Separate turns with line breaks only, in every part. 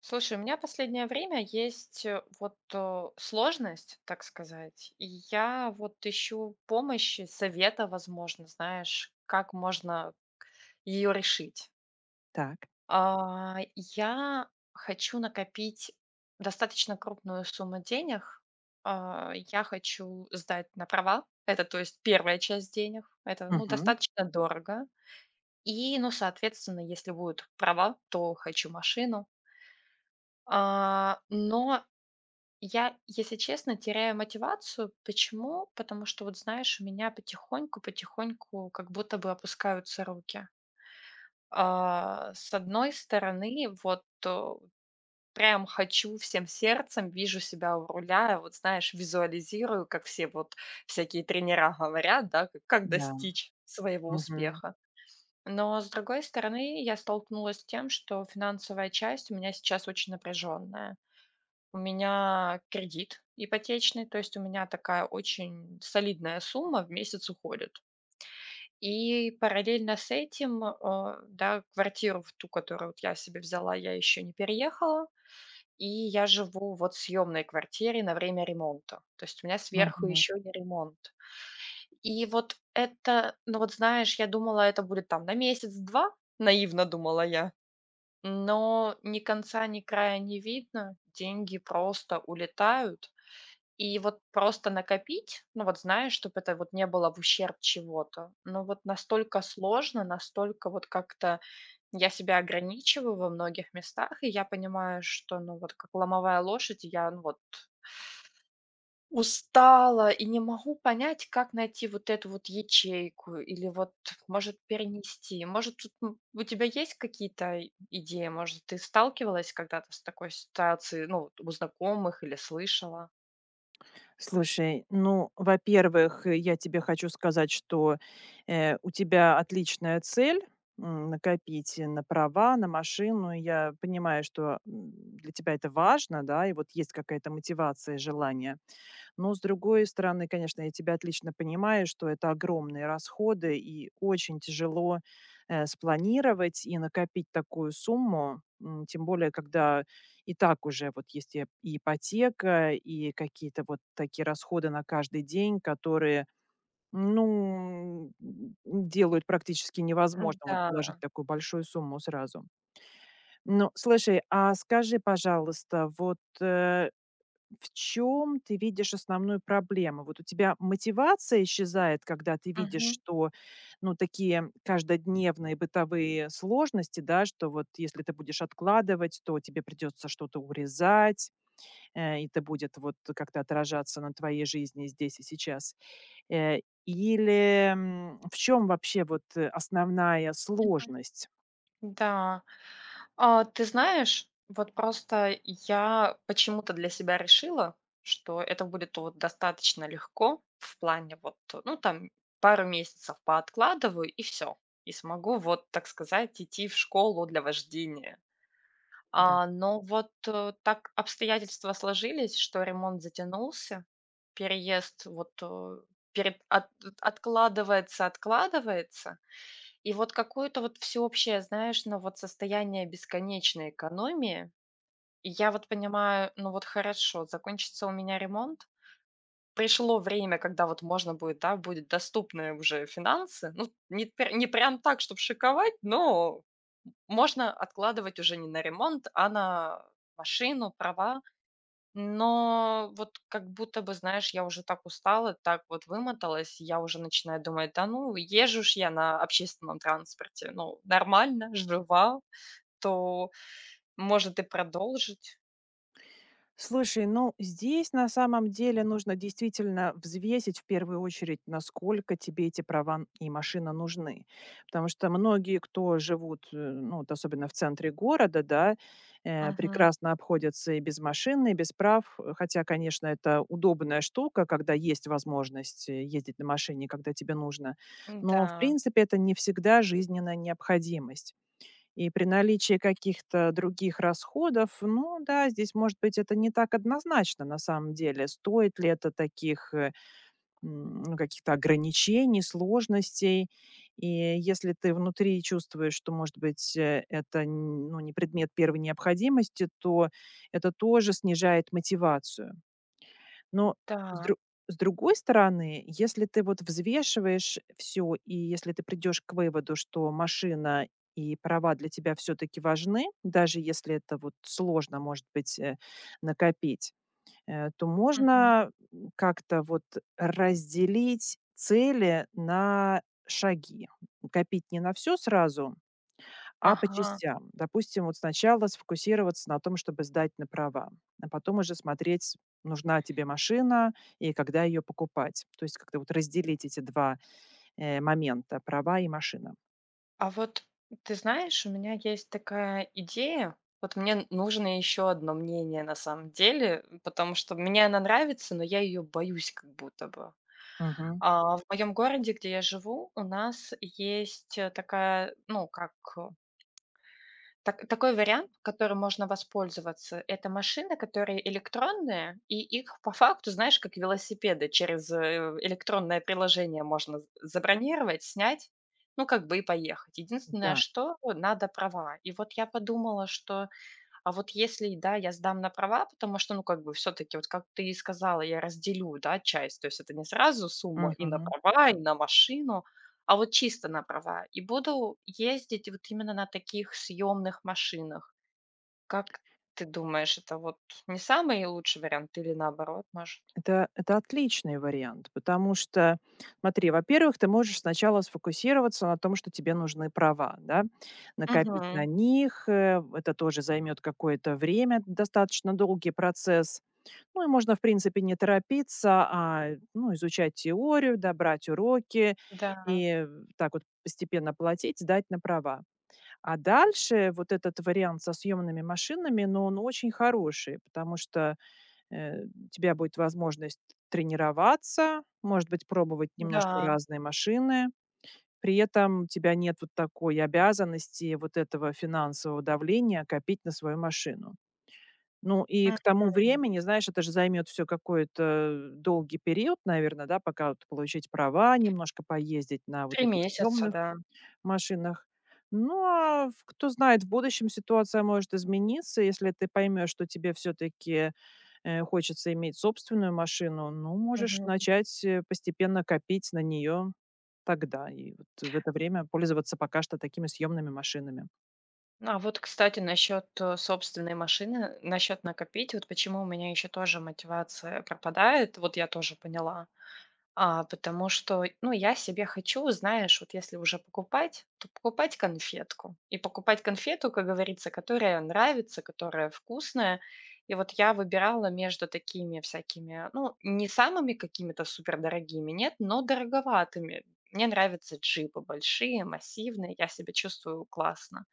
Слушай, у меня последнее время есть вот сложность, так сказать, и я вот ищу помощи, совета, возможно, знаешь, как можно ее решить.
Так.
А, я хочу накопить достаточно крупную сумму денег. А, я хочу сдать на права. Это, то есть, первая часть денег. Это, ну,
Мгм.
достаточно дорого. И, ну, соответственно, если будут права, то хочу машину. А, но я, если честно, теряю мотивацию. Почему? Потому что, вот знаешь, у меня потихоньку-потихоньку как будто бы опускаются руки. А, с одной стороны, вот прям хочу всем сердцем, вижу себя у руля, вот знаешь, визуализирую, как все вот всякие тренера говорят, да, как
Да.
достичь своего
Мгм.
успеха. Но, с другой стороны, я столкнулась с тем, что финансовая часть у меня сейчас очень напряженная. У меня кредит ипотечный, то есть у меня такая очень солидная сумма в месяц уходит. И параллельно с этим, да, квартиру, в ту, которую вот я себе взяла, я еще не переехала. И я живу вот в съемной квартире на время ремонта. То есть у меня сверху
Мгм.
еще не ремонт. И вот это, ну вот знаешь, я думала, это будет там на месяц-два, наивно думала я. Но ни конца, ни края не видно, деньги просто улетают. И вот просто накопить, ну, вот знаешь, чтобы это вот не было в ущерб чего-то. Но вот настолько сложно, настолько вот как-то я себя ограничиваю во многих местах, и я понимаю, что, ну, вот как ломовая лошадь, я, ну, вот устала и не могу понять, как найти вот эту вот ячейку или вот, может, перенести. Может, тут у тебя есть какие-то идеи? Может, ты сталкивалась когда-то с такой ситуацией, ну, вот у знакомых или слышала?
Слушай, ну, во-первых, я тебе хочу сказать, что, у тебя отличная цель, накопить на права, на машину. Я понимаю, что, для тебя это важно, да, и вот есть какая-то мотивация, желание. Но, с другой стороны, конечно, я тебя отлично понимаю, что это огромные расходы и очень тяжело, спланировать и накопить такую сумму, тем более, когда и так уже вот есть и ипотека, и какие-то вот такие расходы на каждый день, которые, ну, делают практически
М,
невозможным вот
да.
положить такую большую сумму сразу. Ну, слушай, а скажи, пожалуйста, вот, в чем ты видишь основную проблему? Вот у тебя мотивация исчезает, когда ты видишь, что, ну, такие каждодневные бытовые сложности, да, что вот если ты будешь откладывать, то тебе придется что-то урезать, и это будет вот как-то отражаться на твоей жизни здесь и сейчас. Э, Или в чем вообще вот основная
Мгм.
сложность?
Да. А, ты знаешь, вот просто я почему-то для себя решила, что это будет вот достаточно легко в плане вот, ну, там пару месяцев пооткладываю и все. И смогу вот, так сказать, идти в школу для вождения.
Да.
А, но вот, так обстоятельства сложились, что ремонт затянулся, переезд вот, перед от откладывается, откладывается. И вот какое-то вот всеобщее, знаешь, ну, вот состояние бесконечной экономии. И я вот понимаю, ну, вот хорошо, закончится у меня ремонт, пришло время, когда вот можно будет, да, будет доступные уже финансы. Ну, не прям так, чтобы шиковать, но можно откладывать уже не на ремонт, а на машину, права. Но вот как будто бы, знаешь, я уже так устала, так вот вымоталась, я уже начинаю думать, да ну, езжу ж я на общественном транспорте, ну, нормально, жива, то, может, и продолжить.
Слушай, ну здесь на самом деле нужно действительно взвесить в первую очередь, насколько тебе эти права и машина нужны. Потому что многие, кто живут, ну, вот особенно в центре города, да,
Мгм.
прекрасно обходятся и без машины, и без прав. Хотя, конечно, это удобная штука, когда есть возможность ездить на машине, когда тебе нужно. Но, в
Да,
принципе, это не всегда жизненная необходимость. И при наличии каких-то других расходов, ну да, здесь, может быть, это не так однозначно на самом деле. Стоит ли это таких ну, каких-то ограничений, сложностей? И если ты внутри чувствуешь, что, может быть, это ну, не предмет первой необходимости, то это тоже снижает мотивацию. Но с
да.
дру с другой стороны, если ты вот взвешиваешь все и если ты придешь к выводу, что машина и права для тебя все таки важны, даже если это вот сложно, может быть, накопить, то
Мгм.
можно, как-то вот разделить цели на шаги. Копить не на все сразу, а по
Ага.
частям. Допустим, вот сначала сфокусироваться на том, чтобы сдать на права, а потом уже смотреть, нужна тебе машина и когда ее покупать. То есть как-то вот разделить эти 2 момента: права и машина.
А вот ты знаешь, у меня есть такая идея, вот мне нужно еще одно мнение на самом деле, потому что мне она нравится, но я ее боюсь как будто бы.
Мгм.
А, в моем городе, где я живу, у нас есть, такая, ну, как, так такой вариант, которым можно воспользоваться. Это машины, которые электронные, и их по факту, знаешь, как велосипеды через, электронное приложение можно з забронировать, снять, ну, как бы и поехать. Единственное,
Да.
что надо права. И вот я подумала, что а вот если, да, я сдам на права, потому что, ну, как бы все-таки, вот как ты и сказала, я разделю, да, часть, то есть это не сразу сумма и на
Мгм.
права, и на машину, а вот чисто на права. И буду ездить вот именно на таких съемных машинах. Как ты думаешь, это вот не самый лучший вариант или наоборот, может?
Это отличный вариант, потому что, смотри, во-первых, ты можешь сначала сфокусироваться на том, что тебе нужны права, да, накопить на
Мгм.
них, это тоже займет какое-то время, достаточно долгий процесс. Ну и можно, в принципе, не торопиться, а, ну, изучать теорию, да, брать уроки
Да,
и так вот постепенно платить, сдать на права. А дальше вот этот вариант со съемными машинами, но он очень хороший, потому что у тебя будет возможность тренироваться, может быть, пробовать немножко
да.
разные машины. При этом у тебя нет вот такой обязанности вот этого финансового давления копить на свою машину. Ну, и к тому
Мгм.
времени, знаешь, это же займет все какой-то долгий период, наверное, да, пока вот получить права, немножко поездить на вот
3
этих
месяца,
съемных
да.
машинах. Ну, а в кто знает, в будущем ситуация может измениться. Если ты поймешь, что тебе все-таки, хочется иметь собственную машину, ну, можешь начать, постепенно копить на нее тогда и вот в это время пользоваться пока что такими съемными машинами.
Ну, а вот, кстати, насчет собственной машины, насчет накопить, вот почему у меня еще тоже мотивация пропадает, вот я тоже поняла. А, потому что, ну, я себе хочу, знаешь, вот если уже покупать, то покупать конфетку. И покупать конфету, как говорится, которая нравится, которая вкусная. И вот я выбирала между такими всякими, ну, не самыми какими-то супердорогими, нет, но дороговатыми. Мне нравятся джипы большие, массивные, я себя чувствую классно.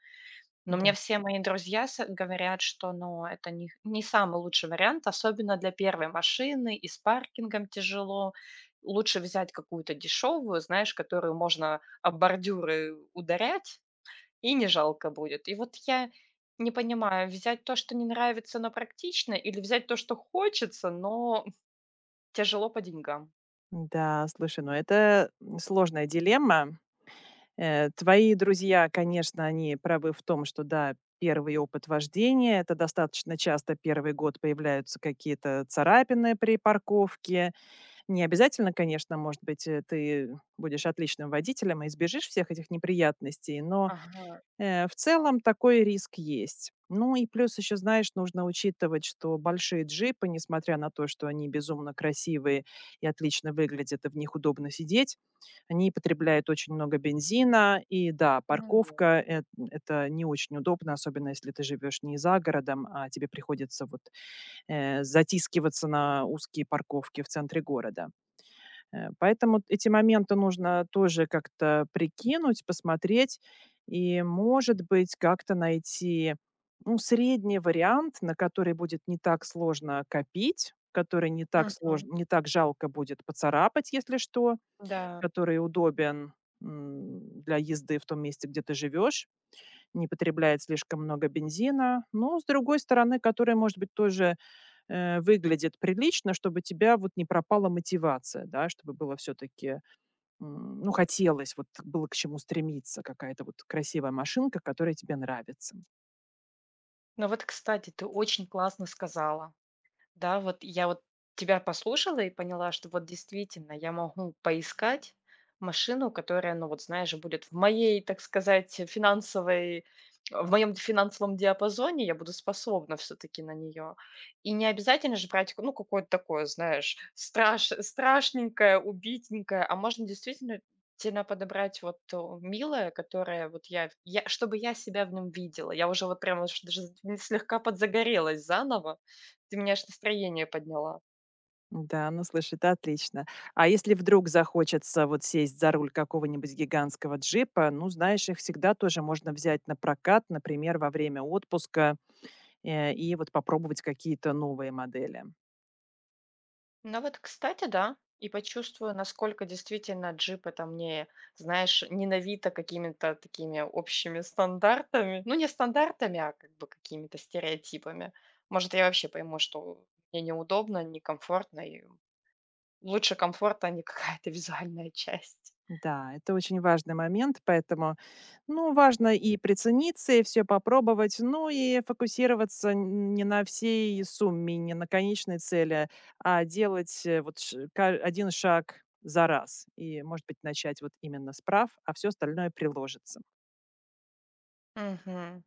Но
Да.
мне все мои друзья с говорят, что, ну, это не самый лучший вариант, особенно для первой машины, и с паркингом тяжело. Лучше взять какую-то дешевую, знаешь, которую можно об бордюры ударять, и не жалко будет. И вот я не понимаю, взять то, что не нравится, но практично, или взять то, что хочется, но тяжело по деньгам?
Да, слушай, ну это, сложная дилемма. Твои друзья, конечно, они правы в том, что да, первый опыт вождения — это достаточно часто первый год появляются какие-то царапины при парковке. Не обязательно, конечно, может быть, ты будешь отличным водителем и избежишь всех этих неприятностей, но
Ага,
В целом такой риск есть. Ну и плюс еще, знаешь, нужно учитывать, что большие джипы, несмотря на то, что они безумно красивые и отлично выглядят, и в них удобно сидеть, они потребляют очень много бензина. И да,
поняла.
парковка это не очень удобно, особенно если ты живешь не за городом, а тебе приходится вот затискиваться на узкие парковки в центре города. Поэтому эти моменты нужно тоже как-то прикинуть, посмотреть и, может быть, как-то найти, ну, средний вариант, на который будет не так сложно копить, который не так
Мгм.
сложно, не так жалко будет поцарапать, если что,
Да.
который удобен, для езды в том месте, где ты живешь, не потребляет слишком много бензина, но, с другой стороны, который, может быть, тоже, выглядит прилично, чтобы тебя вот не пропала мотивация, да, чтобы было все таки ну, хотелось, вот было к чему стремиться, какая-то вот красивая машинка, которая тебе нравится.
Ну вот, кстати, ты очень классно сказала. Да, вот я вот тебя послушала и поняла, что вот действительно я могу поискать машину, которая, ну вот знаешь, будет в моей, так сказать, финансовой, в моем финансовом диапазоне, я буду способна все-таки на нее. И не обязательно же брать, ну, какое-то такое, знаешь, страшненькое, убитенькое, а можно действительно сильно подобрать вот то милое, которое вот чтобы я себя в нем видела. Я уже вот прямо аж даже слегка подзагорелась заново, ты мне аж настроение подняла.
Да, ну, слушай, это отлично. А если вдруг захочется вот сесть за руль какого-нибудь гигантского джипа, ну, знаешь, их всегда тоже можно взять на прокат, например, во время отпуска, и вот попробовать какие-то новые модели.
Ну вот, кстати, да. И почувствую, насколько действительно джип это мне, знаешь, не какими-то такими общими стандартами. Ну, не стандартами, а как бы какими-то стереотипами. Может, я вообще пойму, что мне неудобно, некомфортно, и лучше комфорта, а не какая-то визуальная часть.
Да, это очень важный момент, поэтому, ну, важно и прицениться, и все попробовать, ну, и фокусироваться н не на всей сумме, не на конечной цели, а делать, вот ш ка 1 шаг за раз. И, может быть, начать вот именно с прав, а все остальное приложится.
Мгм.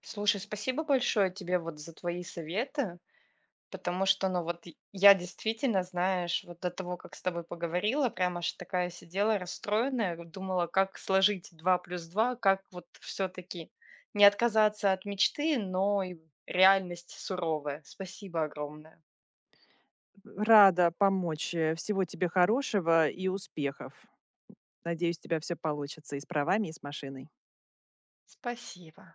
Слушай, спасибо большое тебе вот за твои советы. Потому что, ну вот, и я действительно, знаешь, вот до того, как с тобой поговорила, прям аж такая сидела расстроенная, вот думала, как сложить 2 плюс 2, как вот все таки не отказаться от мечты, но и реальность суровая. Спасибо огромное.
Рада помочь. Всего тебе хорошего и успехов. Надеюсь, у тебя всё получится и с правами, и с машиной.
Спасибо.